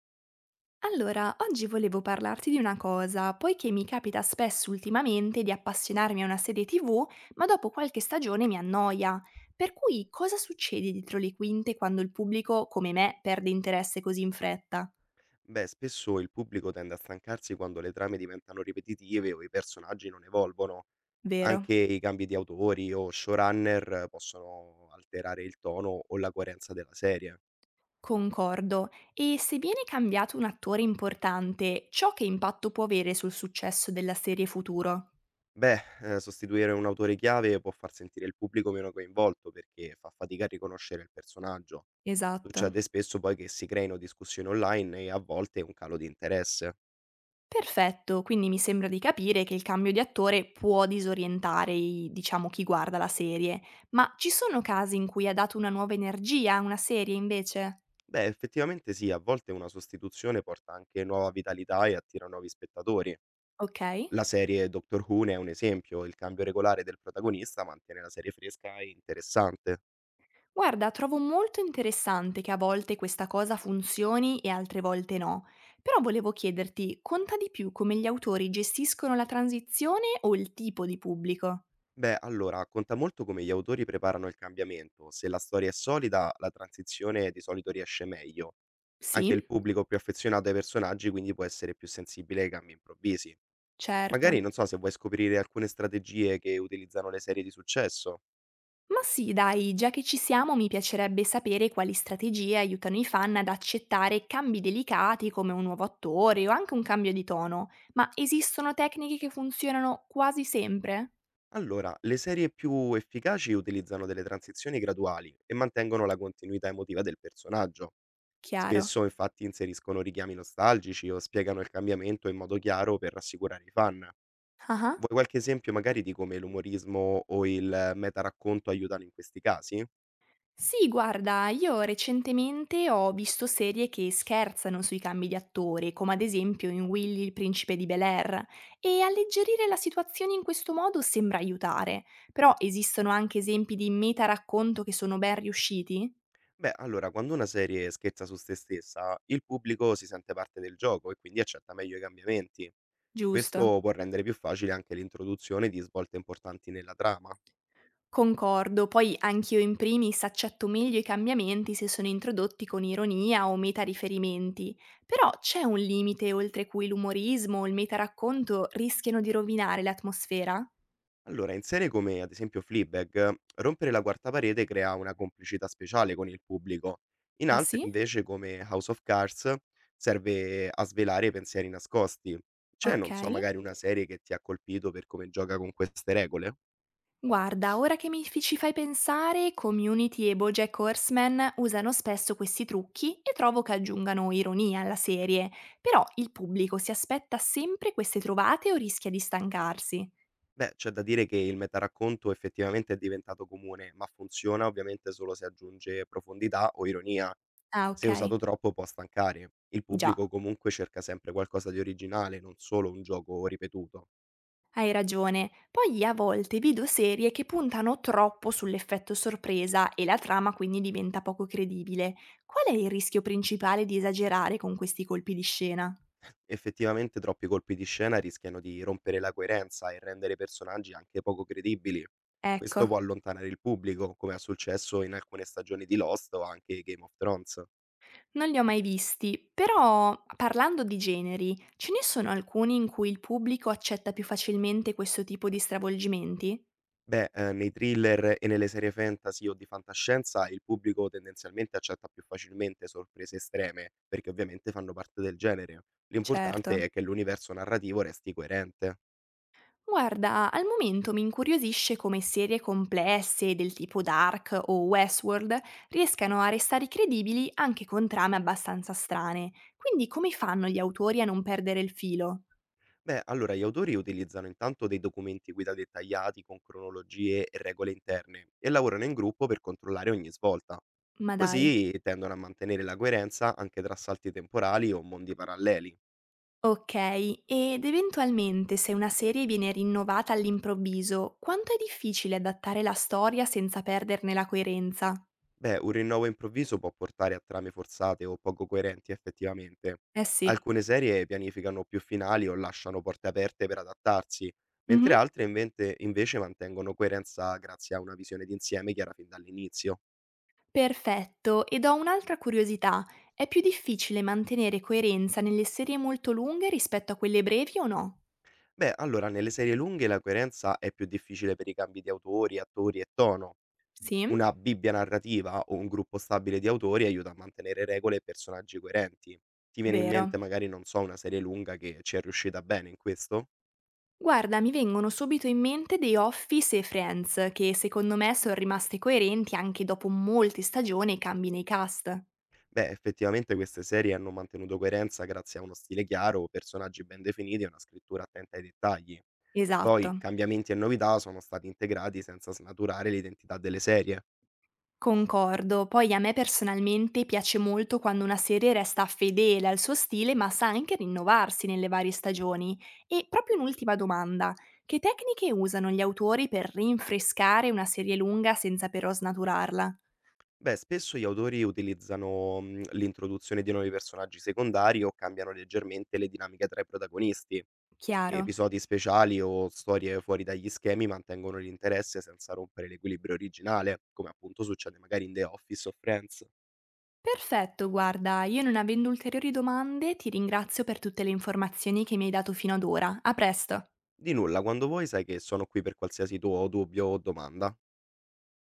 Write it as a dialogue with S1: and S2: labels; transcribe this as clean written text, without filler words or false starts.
S1: Allora, oggi volevo parlarti di una cosa, poiché mi capita spesso ultimamente di appassionarmi a una serie TV, ma dopo qualche stagione mi annoia. Per cui cosa succede dietro le quinte quando il pubblico, come me, perde interesse così in fretta?
S2: Beh, spesso il pubblico tende a stancarsi quando le trame diventano ripetitive o i personaggi non evolvono.
S1: Vero?
S2: Anche i cambi di autori o showrunner possono alterare il tono o la coerenza della serie.
S1: Concordo. E se viene cambiato un attore importante, ciò che impatto può avere sul successo della serie futuro?
S2: Beh, sostituire un autore chiave può far sentire il pubblico meno coinvolto perché fa fatica a riconoscere il personaggio.
S1: Esatto.
S2: Succede spesso poi che si creino discussioni online e a volte un calo di interesse.
S1: Perfetto, quindi mi sembra di capire che il cambio di attore può disorientare, diciamo, chi guarda la serie, ma ci sono casi in cui ha dato una nuova energia a una serie invece?
S2: Beh, effettivamente sì, a volte una sostituzione porta anche nuova vitalità e attira nuovi spettatori.
S1: Ok?
S2: La serie Doctor Who ne è un esempio, il cambio regolare del protagonista mantiene la serie fresca e interessante.
S1: Guarda, trovo molto interessante che a volte questa cosa funzioni e altre volte no, però volevo chiederti, conta di più come gli autori gestiscono la transizione o il tipo di pubblico?
S2: Beh, allora, conta molto come gli autori preparano il cambiamento, se la storia è solida la transizione di solito riesce meglio. Anche
S1: Sì,
S2: il pubblico più affezionato ai personaggi quindi può essere più sensibile ai cambi improvvisi.
S1: certo.
S2: Magari non so se vuoi scoprire alcune strategie che utilizzano le serie di successo.
S1: Ma sì, dai, già che ci siamo, mi piacerebbe sapere quali strategie aiutano i fan ad accettare cambi delicati come un nuovo attore o anche un cambio di tono. Ma esistono tecniche che funzionano quasi sempre?
S2: Allora, le serie più efficaci utilizzano delle transizioni graduali e mantengono la continuità emotiva del personaggio.
S1: Chiaro.
S2: Spesso infatti inseriscono richiami nostalgici o spiegano il cambiamento in modo chiaro per rassicurare i fan. Vuoi
S1: Ah.
S2: qualche esempio magari di come l'umorismo o il metaracconto aiutano in questi casi?
S1: Sì, guarda, io recentemente ho visto serie che scherzano sui cambi di attore, come ad esempio in Willy il principe di Bel Air, e alleggerire la situazione in questo modo sembra aiutare. Però esistono anche esempi di meta racconto che sono ben riusciti?
S2: Beh, allora, quando una serie scherza su se stessa, il pubblico si sente parte del gioco e quindi accetta meglio i cambiamenti.
S1: Giusto,
S2: Questo può rendere più facile anche l'introduzione di svolte importanti nella trama.
S1: concordo. Poi anch'io in primis accetto meglio i cambiamenti se sono introdotti con ironia o meta-riferimenti, però c'è un limite oltre cui l'umorismo o il meta-racconto rischiano di rovinare l'atmosfera?
S2: Allora, in serie come ad esempio Fleabag, rompere la quarta parete crea una complicità speciale con il pubblico. In
S1: Ah
S2: altre,
S1: sì?
S2: invece, come House of Cards, serve a svelare pensieri nascosti. C'è,
S1: Ok.
S2: non so, magari una serie che ti ha colpito per come gioca con queste regole?
S1: Guarda, ora che ci fai pensare, Community e BoJack Horseman usano spesso questi trucchi e trovo che aggiungano ironia alla serie, però il pubblico si aspetta sempre queste trovate o rischia di stancarsi.
S2: Beh, c'è da dire che il metaracconto effettivamente è diventato comune, ma funziona ovviamente solo se aggiunge profondità o ironia.
S1: Ah
S2: Se
S1: ok,
S2: usato troppo può stancare. Il
S1: già.
S2: pubblico comunque cerca sempre qualcosa di originale, non solo un gioco ripetuto.
S1: Hai ragione. Poi a volte vedo serie che puntano troppo sull'effetto sorpresa e la trama quindi diventa poco credibile. Qual è il rischio principale di esagerare con questi colpi di scena?
S2: Effettivamente troppi colpi di scena rischiano di rompere la coerenza e rendere i personaggi anche poco credibili.
S1: Ecco,
S2: Questo può allontanare il pubblico, come è successo in alcune stagioni di Lost o anche Game of Thrones.
S1: non li ho mai visti, però parlando di generi, ce ne sono alcuni in cui il pubblico accetta più facilmente questo tipo di stravolgimenti?
S2: Beh, nei thriller e nelle serie fantasy o di fantascienza il pubblico tendenzialmente accetta più facilmente sorprese estreme, perché ovviamente fanno parte del genere. L'importante
S1: Certo.
S2: è che l'universo narrativo resti coerente.
S1: Guarda, al momento mi incuriosisce come serie complesse del tipo Dark o Westworld riescano a restare credibili anche con trame abbastanza strane. Quindi come fanno gli autori a non perdere il filo?
S2: Beh, allora gli autori utilizzano intanto dei documenti guida dettagliati con cronologie e regole interne e lavorano in gruppo per controllare ogni svolta.
S1: Ma dai.
S2: Così tendono a mantenere la coerenza anche tra salti temporali o mondi paralleli.
S1: Ok, ed eventualmente se una serie viene rinnovata all'improvviso, quanto è difficile adattare la storia senza perderne la coerenza?
S2: Beh, un rinnovo improvviso può portare a trame forzate o poco coerenti effettivamente.
S1: Eh sì.
S2: Alcune serie pianificano più finali o lasciano porte aperte per adattarsi, mentre
S1: Mhm.
S2: invece mantengono coerenza grazie a una visione d'insieme chiara fin dall'inizio.
S1: Perfetto, ed ho un'altra curiosità. È più difficile mantenere coerenza nelle serie molto lunghe rispetto a quelle brevi o no?
S2: Beh, allora nelle serie lunghe la coerenza è più difficile per i cambi di autori, attori e tono.
S1: Sì?
S2: Una bibbia narrativa o un gruppo stabile di autori aiuta a mantenere regole e personaggi coerenti. Ti viene in
S1: Vero.
S2: mente magari, non so, una serie lunga che ci è riuscita bene in questo?
S1: Guarda, mi vengono subito in mente The Office e Friends, che secondo me sono rimaste coerenti anche dopo molte stagioni e cambi nei cast.
S2: Beh, effettivamente queste serie hanno mantenuto coerenza grazie a uno stile chiaro, personaggi ben definiti e una scrittura attenta ai dettagli. Poi
S1: Esatto.
S2: cambiamenti e novità sono stati integrati senza snaturare l'identità delle serie.
S1: Concordo, poi a me personalmente piace molto quando una serie resta fedele al suo stile ma sa anche rinnovarsi nelle varie stagioni. E proprio un'ultima domanda, che tecniche usano gli autori per rinfrescare una serie lunga senza però snaturarla?
S2: Beh, spesso gli autori utilizzano, l'introduzione di nuovi personaggi secondari o cambiano leggermente le dinamiche tra i protagonisti.
S1: Chiaro.
S2: Episodi speciali o storie fuori dagli schemi mantengono l'interesse senza rompere l'equilibrio originale, come appunto succede magari in The Office o Friends.
S1: Perfetto, guarda, io non avendo ulteriori domande ti ringrazio per tutte le informazioni che mi hai dato fino ad ora. A presto!
S2: Di nulla, quando vuoi sai che sono qui per qualsiasi tuo dubbio o domanda.